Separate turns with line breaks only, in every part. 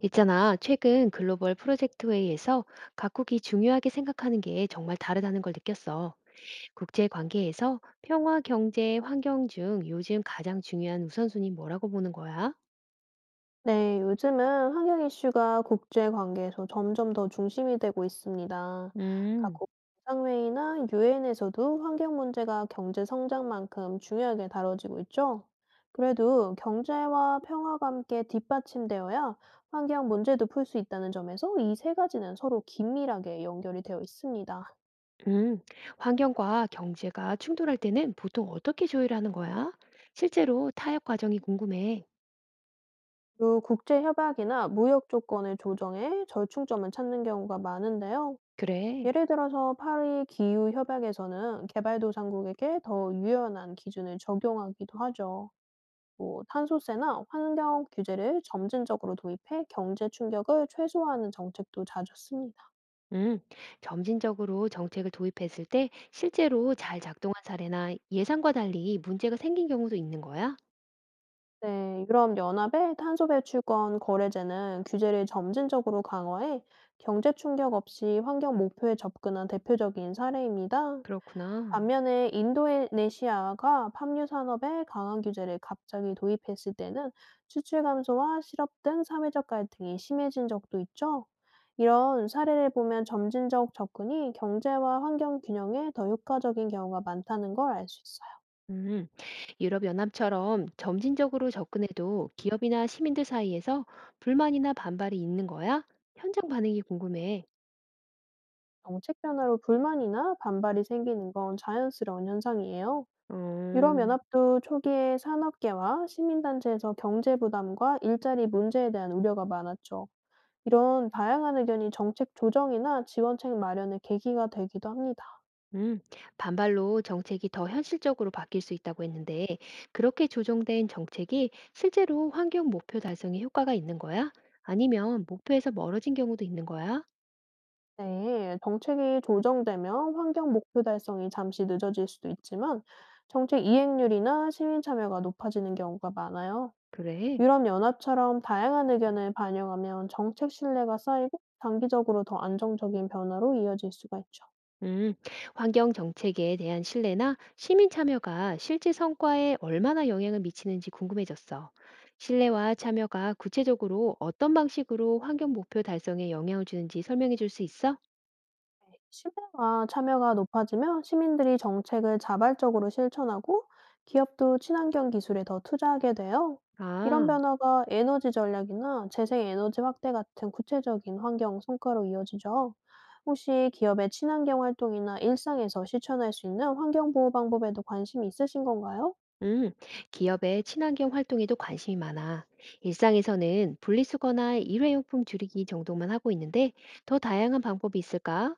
있잖아, 최근 글로벌 프로젝트 회의에서 각국이 중요하게 생각하는 게 정말 다르다는 걸 느꼈어. 국제 관계에서 평화, 경제, 환경 중 요즘 가장 중요한 우선순위 뭐라고 보는 거야?
네, 요즘은 환경 이슈가 국제 관계에서 점점 더 중심이 되고 있습니다.
음,
각국 정상회의나 유엔에서도 환경 문제가 경제 성장만큼 중요하게 다뤄지고 있죠. 그래도 경제와 평화가 함께 뒷받침되어야 환경 문제도 풀 수 있다는 점에서 이 세 가지는 서로 긴밀하게 연결이 되어 있습니다.
음, 환경과 경제가 충돌할 때는 보통 어떻게 조율하는 거야? 실제로 타협 과정이 궁금해.
또 국제 협약이나 무역 조건을 조정해 절충점을 찾는 경우가 많은데요.
그래.
예를 들어서 파리 기후 협약에서는 개발도상국에게 더 유연한 기준을 적용하기도 하죠. 또 탄소세나 환경 규제를 점진적으로 도입해 경제 충격을 최소화하는 정책도 자주 씁니다.
음, 점진적으로 정책을 도입했을 때 실제로 잘 작동한 사례나 예상과 달리 문제가 생긴 경우도 있는 거야?
네, 유럽 연합의 탄소 배출권 거래제는 규제를 점진적으로 강화해 경제 충격 없이 환경 목표에 접근한 대표적인 사례입니다.
그렇구나.
반면에 인도네시아가 팜유 산업에 강한 규제를 갑자기 도입했을 때는 수출 감소와 실업 등 사회적 갈등이 심해진 적도 있죠. 이런 사례를 보면 점진적 접근이 경제와 환경 균형에 더 효과적인 경우가 많다는 걸 알 수 있어요.
음, 유럽연합처럼 점진적으로 접근해도 기업이나 시민들 사이에서 불만이나 반발이 있는 거야? 현장 반응이 궁금해.
정책 변화로 불만이나 반발이 생기는 건 자연스러운 현상이에요.
음,
유럽연합도 초기에 산업계와 시민단체에서 경제 부담과 일자리 문제에 대한 우려가 많았죠. 이런 다양한 의견이 정책 조정이나 지원책 마련의 계기가 되기도 합니다.
음, 반발로 정책이 더 현실적으로 바뀔 수 있다고 했는데, 그렇게 조정된 정책이 실제로 환경 목표 달성에 효과가 있는 거야? 아니면 목표에서 멀어진 경우도 있는 거야?
네, 정책이 조정되면 환경 목표 달성이 잠시 늦어질 수도 있지만 정책 이행률이나 시민 참여가 높아지는 경우가 많아요.
그래.
유럽연합처럼 다양한 의견을 반영하면 정책 신뢰가 쌓이고 장기적으로 더 안정적인 변화로 이어질 수가 있죠.
음, 환경 정책에 대한 신뢰나 시민 참여가 실제 성과에 얼마나 영향을 미치는지 궁금해졌어. 신뢰와 참여가 구체적으로 어떤 방식으로 환경 목표 달성에 영향을 주는지 설명해 줄 수 있어?
신뢰와 참여가 높아지면 시민들이 정책을 자발적으로 실천하고 기업도 친환경 기술에 더 투자하게 돼요. 이런
아,
변화가 에너지 전략이나 재생 에너지 확대 같은 구체적인 환경 성과로 이어지죠. 혹시 기업의 친환경 활동이나 일상에서 실천할 수 있는 환경 보호 방법에도 관심이 있으신 건가요?
음, 기업의 친환경 활동에도 관심이 많아. 일상에서는 분리수거나 일회용품 줄이기 정도만 하고 있는데 더 다양한 방법이 있을까?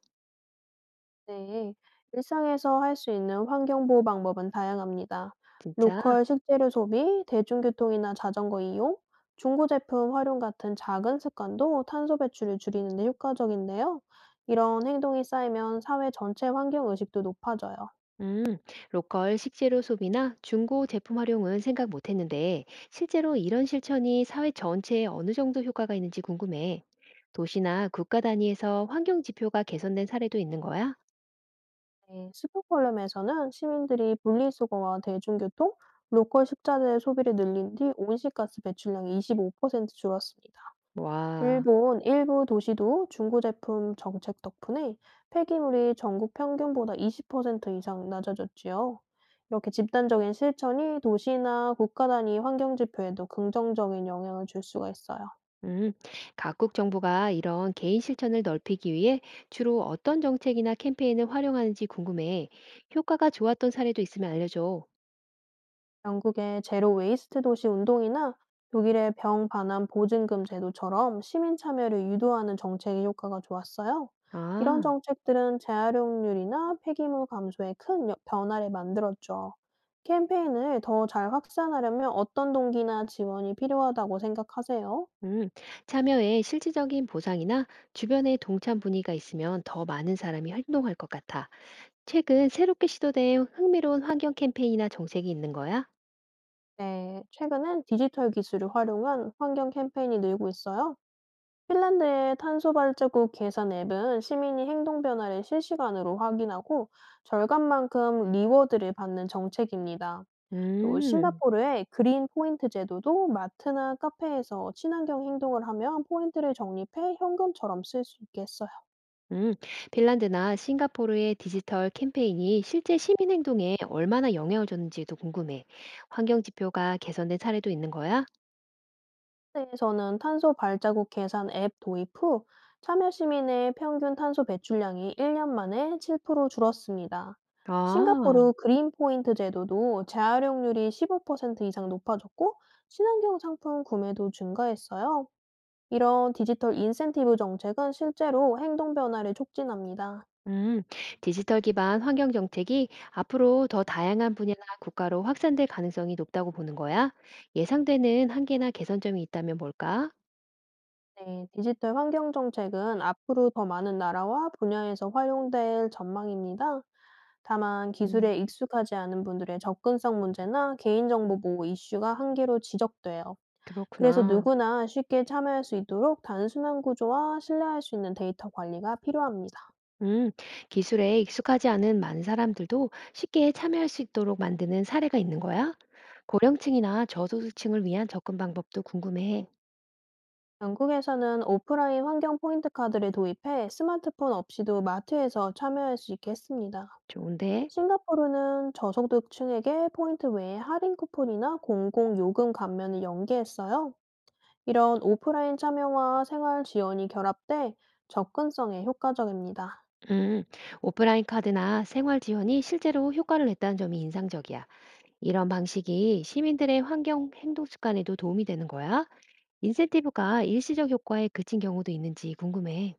네, 일상에서 할 수 있는 환경보호 방법은 다양합니다.
진짜?
로컬 식재료 소비, 대중교통이나 자전거 이용, 중고 제품 활용 같은 작은 습관도 탄소 배출을 줄이는 데 효과적인데요. 이런 행동이 쌓이면 사회 전체 환경 의식도 높아져요.
음, 로컬 식재료 소비나 중고 제품 활용은 생각 못했는데 실제로 이런 실천이 사회 전체에 어느 정도 효과가 있는지 궁금해. 도시나 국가 단위에서 환경 지표가 개선된 사례도 있는 거야?
네, 스톡홀름에서는 시민들이 분리수거와 대중교통, 로컬 식자재 소비를 늘린 뒤 온실가스 배출량이 25% 줄었습니다.
와,
일본 일부 도시도 중고 제품 정책 덕분에 폐기물이 전국 평균보다 20% 이상 낮아졌지요. 이렇게 집단적인 실천이 도시나 국가 단위 환경 지표에도 긍정적인 영향을 줄 수가 있어요.
음, 각국 정부가 이런 개인 실천을 넓히기 위해 주로 어떤 정책이나 캠페인을 활용하는지 궁금해. 효과가 좋았던 사례도 있으면 알려줘.
영국의 제로 웨이스트 도시 운동이나 독일의 병 반환 보증금 제도처럼 시민 참여를 유도하는 정책의 효과가 좋았어요. 이런
아.
정책들은 재활용률이나 폐기물 감소에 큰 변화를 만들었죠. 캠페인을 더 잘 확산하려면 어떤 동기나 지원이 필요하다고 생각하세요?
음, 참여에 실질적인 보상이나 주변에 동참 분위기가 있으면 더 많은 사람이 활동할 것 같아. 최근 새롭게 시도된 흥미로운 환경 캠페인이나 정책이 있는 거야?
네, 최근엔 디지털 기술을 활용한 환경 캠페인이 늘고 있어요. 핀란드의 탄소 발자국 계산 앱은 시민이 행동 변화를 실시간으로 확인하고 절감만큼 리워드를 받는 정책입니다. 또
음,
싱가포르의 그린 포인트 제도도 마트나 카페에서 친환경 행동을 하면 포인트를 적립해 현금처럼 쓸 수 있게 했어요.
음, 핀란드나 싱가포르의 디지털 캠페인이 실제 시민 행동에 얼마나 영향을 줬는지도 궁금해. 환경 지표가 개선된 사례도 있는 거야?
에서는 탄소 발자국 계산 앱 도입 후 참여 시민의 평균 탄소 배출량이 1년 만에 7% 줄었습니다.
아.
싱가포르 그린 포인트 제도도 재활용률이 15% 이상 높아졌고 친환경 상품 구매도 증가했어요. 이런 디지털 인센티브 정책은 실제로 행동 변화를 촉진합니다.
음, 디지털 기반 환경 정책이 앞으로 더 다양한 분야나 국가로 확산될 가능성이 높다고 보는 거야? 예상되는 한계나 개선점이 있다면 뭘까?
네, 디지털 환경 정책은 앞으로 더 많은 나라와 분야에서 활용될 전망입니다. 다만
음,
기술에 익숙하지 않은 분들의 접근성 문제나 개인정보 보호 이슈가 한계로 지적돼요. 그래서
그렇구나.
누구나 쉽게 참여할 수 있도록 단순한 구조와 신뢰할 수 있는 데이터 관리가 필요합니다.
음, 기술에 익숙하지 않은 많은 사람들도 쉽게 참여할 수 있도록 만드는 사례가 있는 거야? 고령층이나 저소득층을 위한 접근 방법도 궁금해.
영국에서는 오프라인 환경 포인트 카드를 도입해 스마트폰 없이도 마트에서 참여할 수 있게 했습니다.
좋은데?
싱가포르는 저소득층에게 포인트 외에 할인 쿠폰이나 공공 요금 감면을 연계했어요. 이런 오프라인 참여와 생활 지원이 결합돼 접근성에 효과적입니다.
음, 오프라인 카드나 생활 지원이 실제로 효과를 냈다는 점이 인상적이야. 이런 방식이 시민들의 환경 행동 습관에도 도움이 되는 거야? 인센티브가 일시적 효과에 그친 경우도 있는지 궁금해.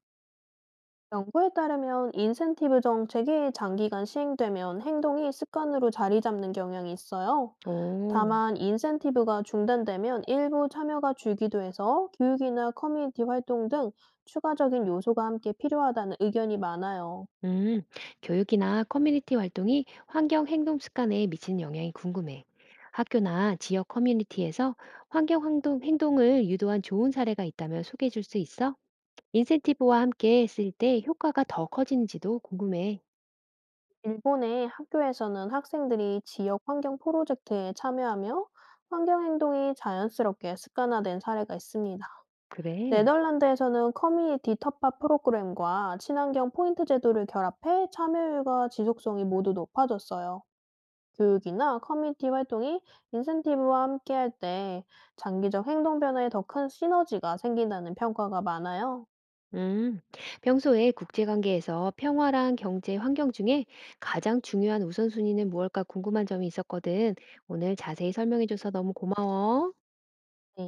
연구에 따르면 인센티브 정책이 장기간 시행되면 행동이 습관으로 자리 잡는 경향이 있어요.
오.
다만 인센티브가 중단되면 일부 참여가 줄기도 해서 교육이나 커뮤니티 활동 등 추가적인 요소가 함께 필요하다는 의견이 많아요.
음, 교육이나 커뮤니티 활동이 환경 행동 습관에 미치는 영향이 궁금해. 학교나 지역 커뮤니티에서 환경 행동을 유도한 좋은 사례가 있다면 소개해 줄 수 있어? 인센티브와 함께 했을 때 효과가 더 커지는지도 궁금해.
일본의 학교에서는 학생들이 지역 환경 프로젝트에 참여하며 환경 행동이 자연스럽게 습관화된 사례가 있습니다.
그래.
네덜란드에서는 커뮤니티 텃밭 프로그램과 친환경 포인트 제도를 결합해 참여율과 지속성이 모두 높아졌어요. 교육이나 커뮤니티 활동이 인센티브와 함께할 때 장기적 행동 변화에 더 큰 시너지가 생긴다는 평가가 많아요.
음, 평소에 국제관계에서 평화랑 경제 환경 중에 가장 중요한 우선순위는 무엇일까 궁금한 점이 있었거든. 오늘 자세히 설명해줘서 너무 고마워.
네.